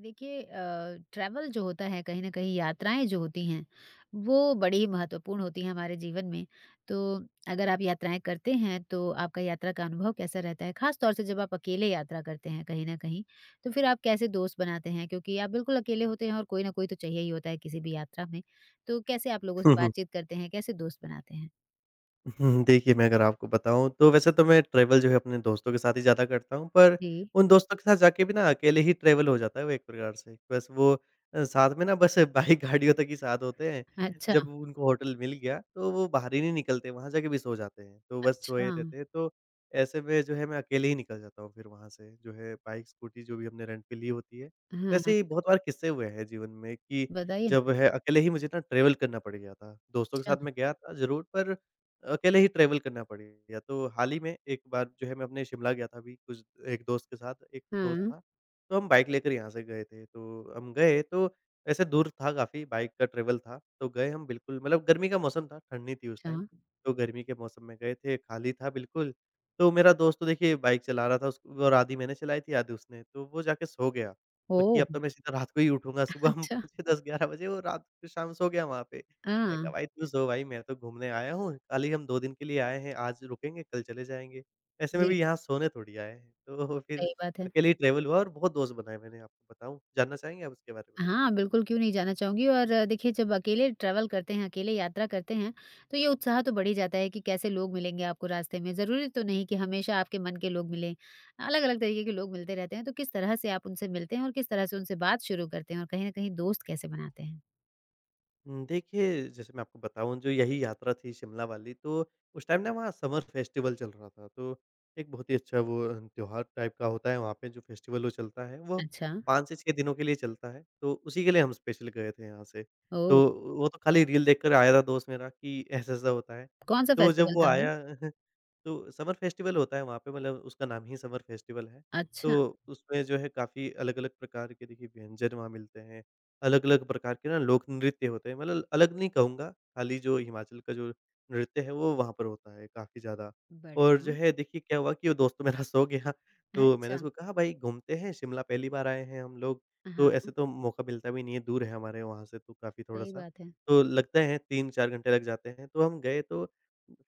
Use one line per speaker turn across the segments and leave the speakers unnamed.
देखिए ट्रैवल जो होता है कहीं न कहीं यात्राएँ जो होती हैं, वो बड़ी ही महत्वपूर्ण होती हैं हमारे जीवन में। तो अगर आप यात्राएँ करते हैं तो आपका यात्रा का अनुभव कैसा रहता है? ख़ास तौर से जब आप अकेले यात्रा करते हैं कहीं न कहीं, तो फिर आप कैसे दोस्त बनाते हैं? क्योंकि आप बिल्कुल अकेले होते हैं और कोई न कोई तो चाहिए ही होता है किसी भी यात्रा में। तो कैसे आप लोगों से
हुँ, हुँ।
बातचीत करते हैं? कैसे दोस्त बनाते हैं?
हुँ, देखिए, मैं अगर आपको बताऊँ तो वैसे तो मैं ट्रैवल जो है अपने दोस्तों के साथ ही ज़्यादा करता हूँ, पर
जी।
उन दोस्तों के साथ जाके भी ना अकेले ही ट्रैवल हो जाता है वो एक प्रकार से। बस वो साथ में ना बस बाइक गाड़ियों तक ही साथ होते हैं,
अच्छा,
जब उनको होटल मिल गया तो वो बाहर ही नहीं निकलते, वहाँ जाके भी सो जाते हैं। तो बस
अच्छा।
सोए रहते हैं, तो ऐसे में जो है मैं अकेले ही निकल जाता हूँ फिर वहाँ से, जो है बाइक, स्कूटी जो भी हमने रेंट पे ली होती है। वैसे
हाँ,
ही बहुत बार किस्से हुए हैं जीवन में कि
बताइए
जब
ना।
है अकेले ही मुझे ना ट्रैवल करना पड़ गया था। दोस्तों के
अच्छा।
साथ मैं गया था ज़रूर पर अकेले ही ट्रैवल करना पड़ गया। तो हाल ही में एक बार जो है मैं अपने शिमला गया था अभी कुछ एक दोस्त के साथ, एक दोस्त
हाँ।
था, तो हम बाइक लेकर यहाँ से गए थे। तो हम गए तो ऐसे दूर था काफ़ी, बाइक का ट्रैवल था, तो गए हम बिल्कुल मतलब गर्मी का मौसम था, ठंड नहीं थी उस टाइम।
अच्छा।
तो गर्मी के मौसम में गए थे, खाली था बिल्कुल, तो मेरा दोस्त तो देखिए बाइक चला रहा था उस और आधी मैंने चलाई थी, आधी उसने, तो वो जाके सो गया। बाकी
ओह!
अब तो मैं सीधा रात को ही उठूँगा, सुबह हम
अच्छा।
पहुँचे 10-11 बजे, वो रात को शाम सो गया वहाँ पे। मैं कहा
हाँ।
भाई खुश हो भाई मैं तो घूमने आया हूँ, खाली हम 2 दिन के लिए आए हैं, आज रुकेंगे कल चले जाएँगे। ऐसे में
जी।
भी यहाँ सोने थोड़ी आए हैं। तो फिर
सही बात है।
अकेले ही ट्रैवल हुआ और बहुत दोस्त बनाए मैंने आपको बताऊँ, जानना चाहेंगे आप उसके बारे में?
हाँ, बिल्कुल क्यों नहीं जाना चाहूँगी और देखिए जब अकेले ट्रैवल करते हैं, अकेले यात्रा करते हैं, तो ये उत्साह तो बढ़ ही जाता है कि कैसे लोग मिलेंगे आपको रास्ते में। ज़रूरी तो नहीं कि हमेशा आपके मन के लोग मिलें, अलग-अलग तरीके के लोग मिलते रहते हैं, तो किस तरह से आप उनसे मिलते हैं और किस तरह से उनसे बात शुरू करते हैं और कहीं न कहीं दोस्त कैसे बनाते हैं?
देखिए, जैसे मैं आपको बताऊँ जो यही यात्रा थी शिमला वाली तो उस टाइम ना वहाँ समर फेस्टिवल चल रहा था। तो एक बहुत ही अच्छा वो त्योहार टाइप का होता है वहाँ पे जो फेस्टिवल वो चलता है वो
अच्छा,
5 से 6 दिनों के लिए चलता है। तो उसी के लिए हम स्पेशल गए थे यहाँ से। तो
ओह!
वो तो खाली रील देखकर आया था दोस्त मेरा कि ऐसा-ऐसा होता है।
कौन-सा
तो जब
फेस्टिवल
वो
था वो?
आया तो समर फेस्टिवल होता है वहाँ पे मतलब उसका नाम ही समर फेस्टिवल है। तो
अच्छा,
उसमें जो है काफ़ी अलग-अलग प्रकार के देखिए व्यंजन वहाँ मिलते हैं। अलग-अलग प्रकार के ना लोक नृत्य होते हैं, मतलब अलग नहीं कहूँगा, खाली जो हिमाचल का जो नृत्य है, वो वहाँ पर होता है काफ़ी ज़्यादा। और जो
बढ़िया।
है देखिए क्या हुआ कि वो दोस्त मेरा सो गया, तो मैंने
अच्छा,
उसको कहा भाई घूमते हैं, शिमला पहली बार आए हैं हम लोग,
हाँ,
तो ऐसे तो मौका मिलता भी नहीं है, दूर है हमारे वहाँ से तो काफ़ी
सही
थोड़ा-सा,
बात है।
तो लगता है 3-4 घंटे लग जाते हैं, तो हम गए तो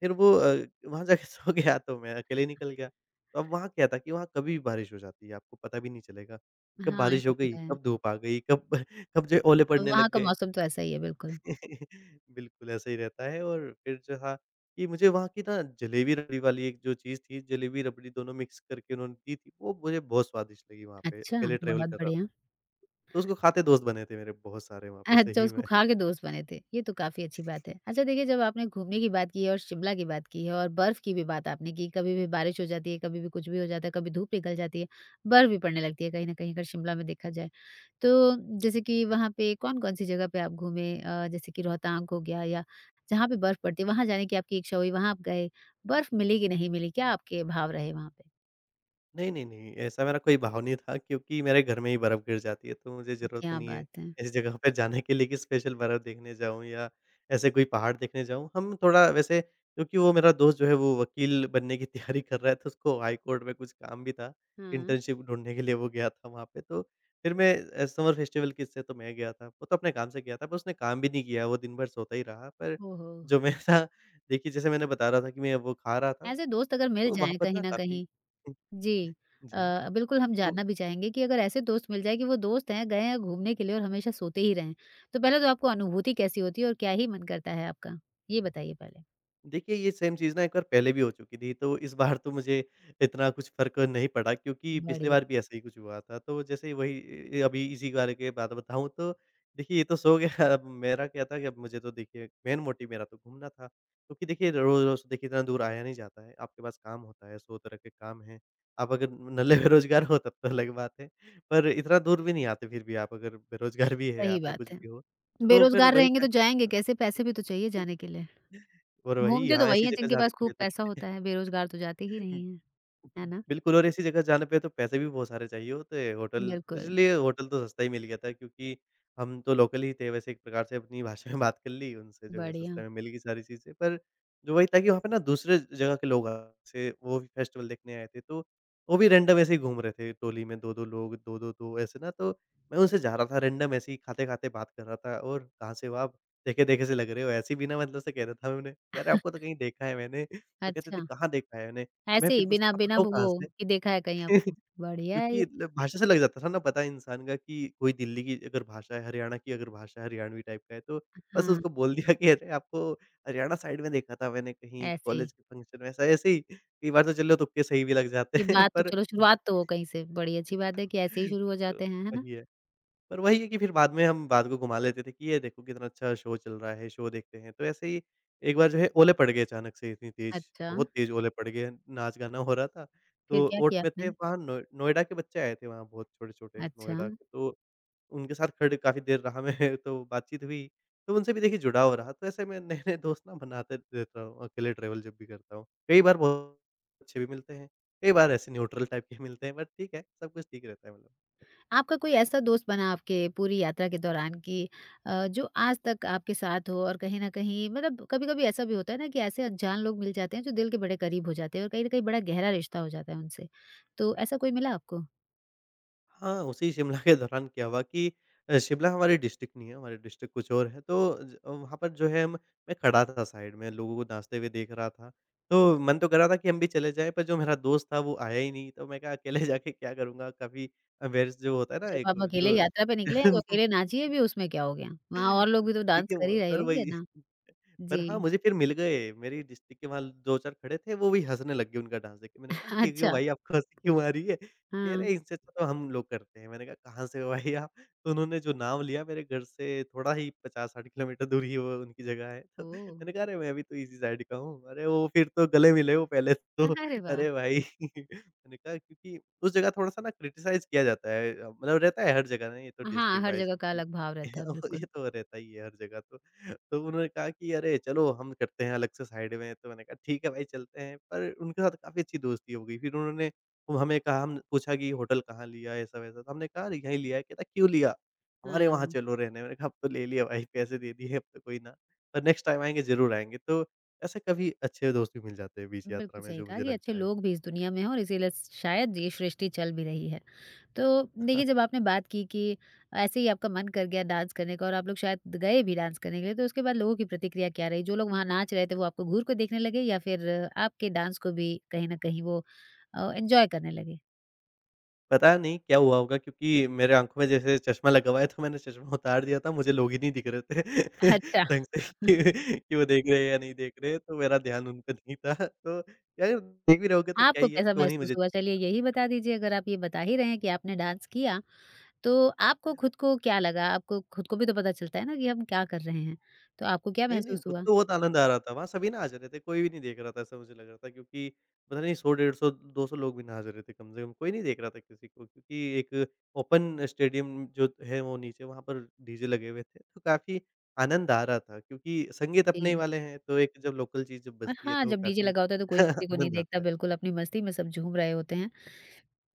फिर वहाँ जाके सो गया तो मैं अकेले निकल गया। तो अब वहाँ क्या था कि वहाँ कभी भी बारिश हो जाती है, आपको पता भी नहीं चलेगा। कब
हाँ,
बारिश
ये
हो
तो
गई,
है।
कब धूप आ गई, कब कब जो है ओले पड़ने
वहाँ
लग
का
गए।
मौसम तो ऐसा ही है, बिल्कुल।
बिल्कुल, ऐसा ही रहता है और फिर जो था कि मुझे वहाँ की ना जलेबी-रबड़ी वाली एक जो चीज़ थी, जलेबी-रबड़ी दोनों मिक्स करके उन्होंने दी थी, वो मुझे बहुत स्वादिष्ट लगी वहाँ पे,
अच्छा,
अकेले ट्रैवल
बहुत
कर रहा
बढ़िया।
था। तो उसको खाते दोस्त बने थे मेरे बहुत सारे वहाँ पे,
अच्छा,
सही
उसको
में।
खा के दोस्त बने थे। ये तो काफ़ी अच्छी बात है। अच्छा देखिए जब आपने घूमने की बात की है और शिमला की बात की है और बर्फ़ की भी बात आपने की, कभी भी बारिश हो जाती है, कभी भी कुछ भी हो जाता है, कभी धूप निकल जाती है, बर्फ़ भी पड़ने लगती है कहीं न कहीं अगर शिमला में देखा जाए। तो जैसे कि वहाँ पे कौन-कौन सी जगह पे आप घूमे? जैसे कि रोहतांग हो गया या जहाँ पे बर्फ़ पड़ती है, वहाँ जाने की आपकी इच्छा हुई, वहाँ आप गए। बर्फ़ मिली कि नहीं मिली? क्या आपके भाव रहे वहाँ पे?
नहीं, नहीं, नहीं, ऐसा मेरा कोई भाव नहीं था क्योंकि मेरे घर में ही बर्फ़ गिर जाती है, तो मुझे ज़रूरत
क्या
नहीं है
बात है!
ऐसी जगह पे जाने के लिए कि स्पेशल बर्फ़ देखने जाऊँ या ऐसे कोई पहाड़ देखने जाऊँ। हम थोड़ा वैसे क्योंकि वो मेरा दोस्त जो है वो वकील बनने की तैयारी कर रहा है, तो उसको हाई कोर्ट में कुछ काम भी था,
हाँ।
इंटर्नशिप ढूँढने के लिए वो गया था वहाँ पे। तो फिर मैं समर फेस्टिवल की इससे तो मैं गया था, वो तो अपने काम से गया था, पर उसने काम भी नहीं किया, वो दिन भर सोता ही रहा। पर
ओहो!
जो मैं था देखिए जैसे मैंने बता रहा था कि मैं वो खा रहा था
ऐसे दोस्त अगर मिल
तो वहाँ
जाएँ
पर
कहीं
ना
न
काफ़ी
कहीं जी।
जी,
बिल्कुल हम
तो
जानना भी चाहेंगे कि अगर ऐसे दोस्त मिल जाएँ कि वो दोस्त हैं, गए हैं घूमने के लिए और हमेशा सोते ही रहें। तो पहले तो आपको अनुभूति कैसी होती है और क्या ही मन करता है आपका? ये बताइए पहले।
देखिए, ये सेम चीज़ ना एक बार पहले भी हो चुकी थी, तो इस बार तो मुझे इतना कुछ फ़र्क नहीं पड़ा क्योंकि पिछली
बढ़िया,
बार भी ऐसा ही कुछ हुआ था। तो जैसे ही वही अभी इसी बारे के बात बताऊँ तो देखिए ये तो सो गया, अब मेरा क्या था कि अब मुझे तो देखिए मेन मोटिव मेरा तो घूमना था। क्योंकि देखिए रोज़-रोज़ देखिए इतना दूर आया नहीं जाता है, आपके पास काम होता है, 100 तरह के काम हैं। आप अगर नल्ले बेरोज़गार हो तब तो अलग बात है, पर इतना दूर भी नहीं आते फिर भी आप अगर बेरोज़गार भी हैं
सही
आप या कुछ
बात है।
भी हो, तो फिर
बेरोज़गार
वही
रहेंगे
था
तो
कि
जाएँगे कैसे? पैसे भी तो चाहिए जाने के लिए।
और वही,
घूमते तो
यहाँ
वही
ऐसी
हैं
जगह
जिनके
जाने
पास
के लिए
खूब
तो
पैसा होता है, बेरोज़गार तो जाते ही नहीं हैं। है ना?
बिल्कुल और ऐसी जगह जाने पे तो पैसे भी बहुत सारे चाहिए होते हैं, होटल तो
बिल्कुल,
इसलिए होटल तो सस्ता ही मिल गया था क्योंकि हम तो लोकल ही थे वैसे एक प्रकार से अपनी भाषा में बात कर ली उनसे जो है सस्ते
बढ़िया।
में मिल गई सारी चीज़ें। पर जो वही था कि वहाँ पे ना दूसरे जगह के लोग आए से वो भी फेस्टिवल देखने आए थे, तो वो भी रैंडम ऐसे ही घूम रहे थे टोली में 2-2 लोग, 2-2-2 ऐसे ना तो मैं उनसे जा रहा था रैंडम ऐसे ही खाते-खाते बात कर रहा था और कहाँ से हो आप? देखे-देखे से लग रहे हो ऐसे ही बिना मतलब से कह रहा था मैं उन्हें कि अरे! आपको तो कहीं देखा है मैंने। तो कहते थे
अच्छा,
कहाँ देखा है मैंने? मैं
ऐसे
फिर
ही
उसको
बिना बिना
पढ़ाऊँ
वो
कहाँ से?
कि देखा है कहीं आपको। बढ़िया है ये।
क्योंकि ल भाषा से लग जाता था ना पता इंसान का कि कोई दिल्ली की अगर भाषा है, हरियाणा की अगर भाषा है, हरियाणवी टाइप का है, तो बस
हाँ,
उसको बोल दिया कि अरे आपको हरियाणा साइड में देखा था मैंने कहीं
ऐसे ही।
कॉलेज के फंक्शन में ऐसा ऐसे ही। कई बार तो चलो तुक्के सही भी लग जाते
ये
हैं
बात तो
पर
चलो शुरुआत तो हो कहीं से, बड़ी अच्छी बात है कि ऐसे ही शुरू हो
तो
जाते हैं, है ना?
वही है। पर वही है कि फिर बाद में हम बात को घुमा लेते थे कि ये देखो कितना अच्छा शो चल रहा है, शो देखते हैं। तो ऐसे ही एक बार जो है ओले पड़ गए अचानक से इतनी तेज़,
अच्छा,
बहुत तेज़ ओले पड़ गए, नाच-गाना हो रहा था।
फिर
तो
क्या
ओट
किया
में थे
आपने?
वहाँ नोएडा के बच्चे आए थे वहाँ बहुत छोटे-छोटे
अच्छा,
नोएडा के, तो उनके साथ खड़े काफ़ी देर रहा मैं तो बातचीत हुई। तो उनसे भी देखिए जुड़ाव रहा, तो ऐसे मैं नए-नए दोस्त ना बनाते रहता हूँ, अकेले ट्रैवल जब भी करता हूँ। कई बार बहुत अच्छे भी मिलते हैं, कई बार ऐसे न्यूट्रल टाइप के मिलते हैं, बट ठीक है, सब कुछ ठीक रहता है मतलब।
आपका कोई ऐसा दोस्त बना आपके पूरी यात्रा के दौरान कि जो आज तक आपके साथ हो और कहीं न कहीं मतलब कभी-कभी ऐसा भी होता है ना कि ऐसे अनजान लोग मिल जाते हैं जो दिल के बड़े करीब हो जाते हैं और कहीं न कहीं बड़ा गहरा रिश्ता हो जाता है उनसे। तो ऐसा कोई मिला आपको?
हाँ, उसी शिमला के दौरान क्या हुआ कि शिमला हमारी डिस्ट्रिक्ट नहीं है, हमारी डिस्ट्रिक्ट कुछ और है। तो ज वहाँ पर जो है हम मैं खड़ा था साइड में, लोगों को नाचते हुए देख रहा था। तो मन तो कर रहा था कि हम भी चले जाएँ, पर जो मेरा दोस्त था वो आया ही नहीं। तो मैं कहा अकेले जाके क्या करूँगा? काफ़ी एम्बैरेस जो होता है ना
जब
एक
आप अकेले
जो
यात्रा पे निकले हैं तो अकेले नाचिए भी उसमें क्या हो गया? वहाँ और लोग भी तो डांस
देखिए,
कर ही
वो
रहे
पर
होंगे
वही
ना?
पर हाँ,
जी।
मुझे फिर मिल गए, मेरी डिस्ट्रिक्ट के वहाँ 2-4 खड़े थे, वो भी हँसने लग गए उनका डांस देख के। मैंने कहा कि "क्यों
अच्छा,
भाई आपको हँसी क्यों आ रही है?" कह
हाँ।
रहे "इनसे अच्छा तो हम लोग करते हैं।" मैंने कहा "कहाँ से हो भाई आप?" तो उन्होंने जो नाम लिया मेरे घर से थोड़ा ही 50-60 किलोमीटर दूर ही वो उनकी जगह है। तो
ओह!
मैंने कहा "अरे! मैं भी तो इसी साइड का हूँ।" अरे! वो फिर तो गले मिले वो पहले तो।
अरे वाह!
अरे भाई! मैंने कहा क्योंकि उस जगह थोड़ा-सा ना क्रिटिसाइज़ किया जाता है, मतलब रहता है हर जगह ना ये तो
हाँ,
डिस्ट्रिक्ट
हर
वाइज़
जगह का
कि
अलग भाव रहता है, बिल्कुल।
ये तो रहता ही है हर जगह तो। तो उन्होंने कहा कि अरे चलो हम करते हैं अलग से साइड में, तो मैंने कहा ठीक है भाई चलते हैं, पर उनके साथ काफ़ी अच्छी दोस्ती हो गई। फिर उन्होंने वो हमें कहा हम पूछा कि होटल कहाँ लिया ऐसा-वैसा, तो हमने कहा अरे यहीं लिया है, कहता क्यों लिया? हमारे वहाँ
हाँ,
चलो रहने। मैंने कहा अब तो ले लिया भाई पैसे दे दिए अब तो कोई ना, पर नेक्स्ट टाइम आएँगे ज़रूर आएँगे। तो ऐसे कभी अच्छे दोस्त भी मिल जाते हैं बीच यात्रा
बिल्कुल
में
सही
जो
कहा
मुझे
कि अच्छे
लगता है।
लोग भी इस दुनिया में हैं और इसीलिए शायद ये सृष्टि चल भी रही है। तो देखिए, जब आपने बात की कि ऐसे ही आपका मन कर गया डांस करने का और आप लोग शायद गए भी डांस करने के लिए, तो उसके बाद लोगों की प्रतिक्रिया क्या रही? जो लोग वहाँ नाच रहे थे, वो आपको घूर कर देखने लगे या फिर आपके डांस को भी कहीं न कहीं वो एन्जॉय करने लगे?
पता नहीं क्या हुआ होगा क्योंकि मेरे आँखों में जैसे चश्मा लगा हुआ है तो मैंने चश्मा उतार दिया था, मुझे लोग ही नहीं दिख रहे थे
अच्छा।
ढंग से कि वो देख रहे हैं या नहीं देख रहे हैं, तो मेरा ध्यान उन पे नहीं था। तो यार देख भी रहोगे तो क्या
आपको
ही है,
कैसा
क्यों नहीं
महसूस
मुझे
हुआ? चलिए, यही बता दीजिए अगर आप ये बता ही रहे हैं कि आपने डांस किया। तो आपको खुद को क्या लगा? आपको खुद को भी तो पता चलता है ना कि हम क्या कर रहे हैं। तो आपको क्या
नहीं, नहीं,
महसूस
खुद
हुआ?
तो बहुत आनंद आ रहा था, वहाँ सभी ना आ जा रहे थे, कोई भी नहीं देख रहा था ऐसा मुझे लग रहा था क्योंकि पता नहीं 100 डेढ़ 100 200 लोग भी ना आ जा रहे थे कम से कम, कोई नहीं देख रहा था किसी को क्योंकि एक ओपन स्टेडियम जो है वो नीचे वहाँ पर डीजे लगे हुए थे, तो काफ़ी आनंद आ रहा था क्योंकि संगीत अपने ही
जी।
वाले हैं, तो एक जब लोकल चीज़ जब
और
बजती है
हाँ,
तो
जब डीजे
काफ़ी
लगा होता है तो कोई किसी को नहीं
आनंद
देखता,
आता
बिल्कुल
है।
अपनी मस्ती में सब झूम रहे होते हैं।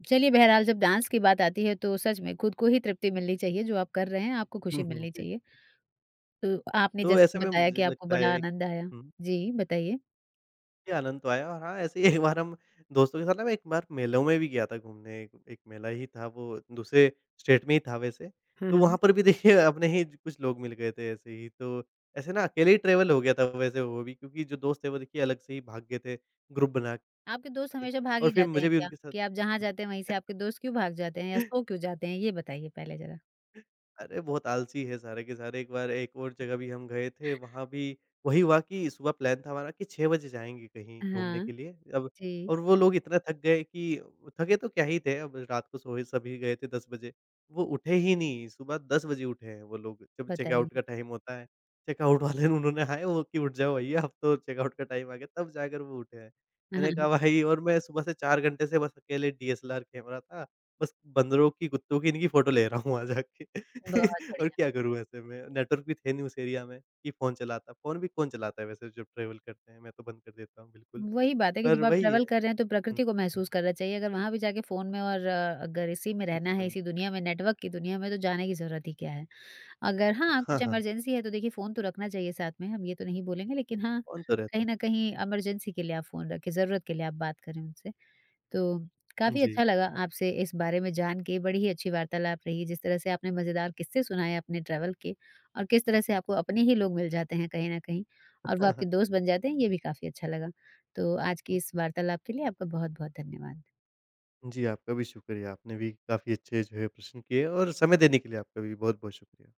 चलिए बहरहाल जब डांस की बात आती है तो सच में खुद को ही तृप्ति मिलनी चाहिए, जो आप कर रहे हैं आपको खुशी
हुँ, हुँ,
मिलनी
जी,
चाहिए। तो आपने
तो
जैसे कि
ऐसे में
बताया कि
मुझे
आपको
लगता
बड़ा
है
आनंद आया।
हुँ।
जी, बताइए?
ये आनंद तो आया और हाँ, ऐसे ही एक बार हम दोस्तों के साथ ना मैं एक बार मेलों में भी गया था घूमने, एक एक मेला ही था वो दूसरे स्टेट में ही था वैसे।
हुँ,
तो
हुँ।
वहाँ पर भी देखिए अपने ही कुछ लोग मिल गए थे ऐसे ही, तो ऐसे ना अकेले ही ट्रैवल हो गया था वैसे वो भी क्योंकि जो दोस्त थे वो देखिए अलग से ही भाग गए थे ग्रुप बना के
आपके दोस्त हमेशा भाग
और
ही
फिर
जाते हैं
मुझे भी
क्या?
उनके साथ
कि आप जहाँ जाते हैं वहीं से आपके दोस्त क्यों भाग जाते हैं या सो क्यों जाते हैं? ये बताइए पहले ज़रा?
अरे बहुत आलसी है सारे के सारे। एक बार एक और जगह भी हम गए थे, वहाँ भी वही हुआ कि सुबह प्लान था हमारा कि 6 बजे जाएँगे कहीं घूमने
हाँ,
के लिए। अब
जी,
और वो लोग इतना थक गए कि थके तो क्या ही थे, अब रात को सोए सभी गए थे 10 बजे। वो उठे ही नहीं, सुबह 10 बजे उठे हैं वो लोग, जब चेकआउट
बताइए।
का टाइम होता है। चेकआउट वाले ने उन्होंने हाय वो कि उठ जाओ भैया अब तो चेकआउट का टाइम आ गया, तब जाकर वो उठे हैं। मैंने
हाँ
कहा भाई और मैं सुबह से 4 घंटे से बस अकेले डीएसएलआर कैमरा था बस बंदरों की, कुत्तों की, इनकी फ़ोटो ले रहा हूँ वहाँ जाके
बहुत
और
बढ़िया।
क्या करूँ ऐसे में? नेटवर्क भी थे नहीं उस एरिया में कि फ़ोन चलाता। फ़ोन भी कौन चलाता है वैसे जब ट्रैवल करते हैं, मैं तो बंद कर देता हूँ बिल्कुल।
वही बात है कि
पर
जब आप
वही
ट्रैवल
है
कर रहे हैं तो
हुँ,
प्रकृति को महसूस करना चाहिए। अगर वहाँ भी जाके फ़ोन में और अगर इसी में रहना है,
इसमें
इसी दुनिया में, नेटवर्क की दुनिया में तो जाने की ज़रूरत ही क्या है। अगर हाँ,
हाँ,
कुछ
हाँ,
इमरजेंसी है तो देखिए फ़ोन तो रखना चाहिए साथ में, हम ये तो नहीं बोलेंगे लेकिन हाँ,
फ़ोन तो रहता
कहीं
है।
न कहीं इमरजेंसी के लिए आप फ़ोन रखें, ज़रूरत के लिए आप बात करें उनसे। तो काफ़ी
जी।
अच्छा लगा आपसे इस बारे में जान के, बड़ी ही अच्छी वार्तालाप रही, जिस तरह से आपने मज़ेदार किस्से सुनाए अपने ट्रैवल के और किस तरह से आपको अपने ही लोग मिल जाते हैं कहीं न कहीं और वो
हाँ,
आपके
हाँ।
दोस्त बन जाते हैं, ये भी काफ़ी अच्छा लगा। तो आज की इस वार्तालाप के लिए आपका बहुत-बहुत धन्यवाद।
जी, आपका भी शुक्रिया। आपने भी काफ़ी अच्छे जो है प्रश्न किए और समय देने के लिए आपका भी बहुत-बहुत शुक्रिया।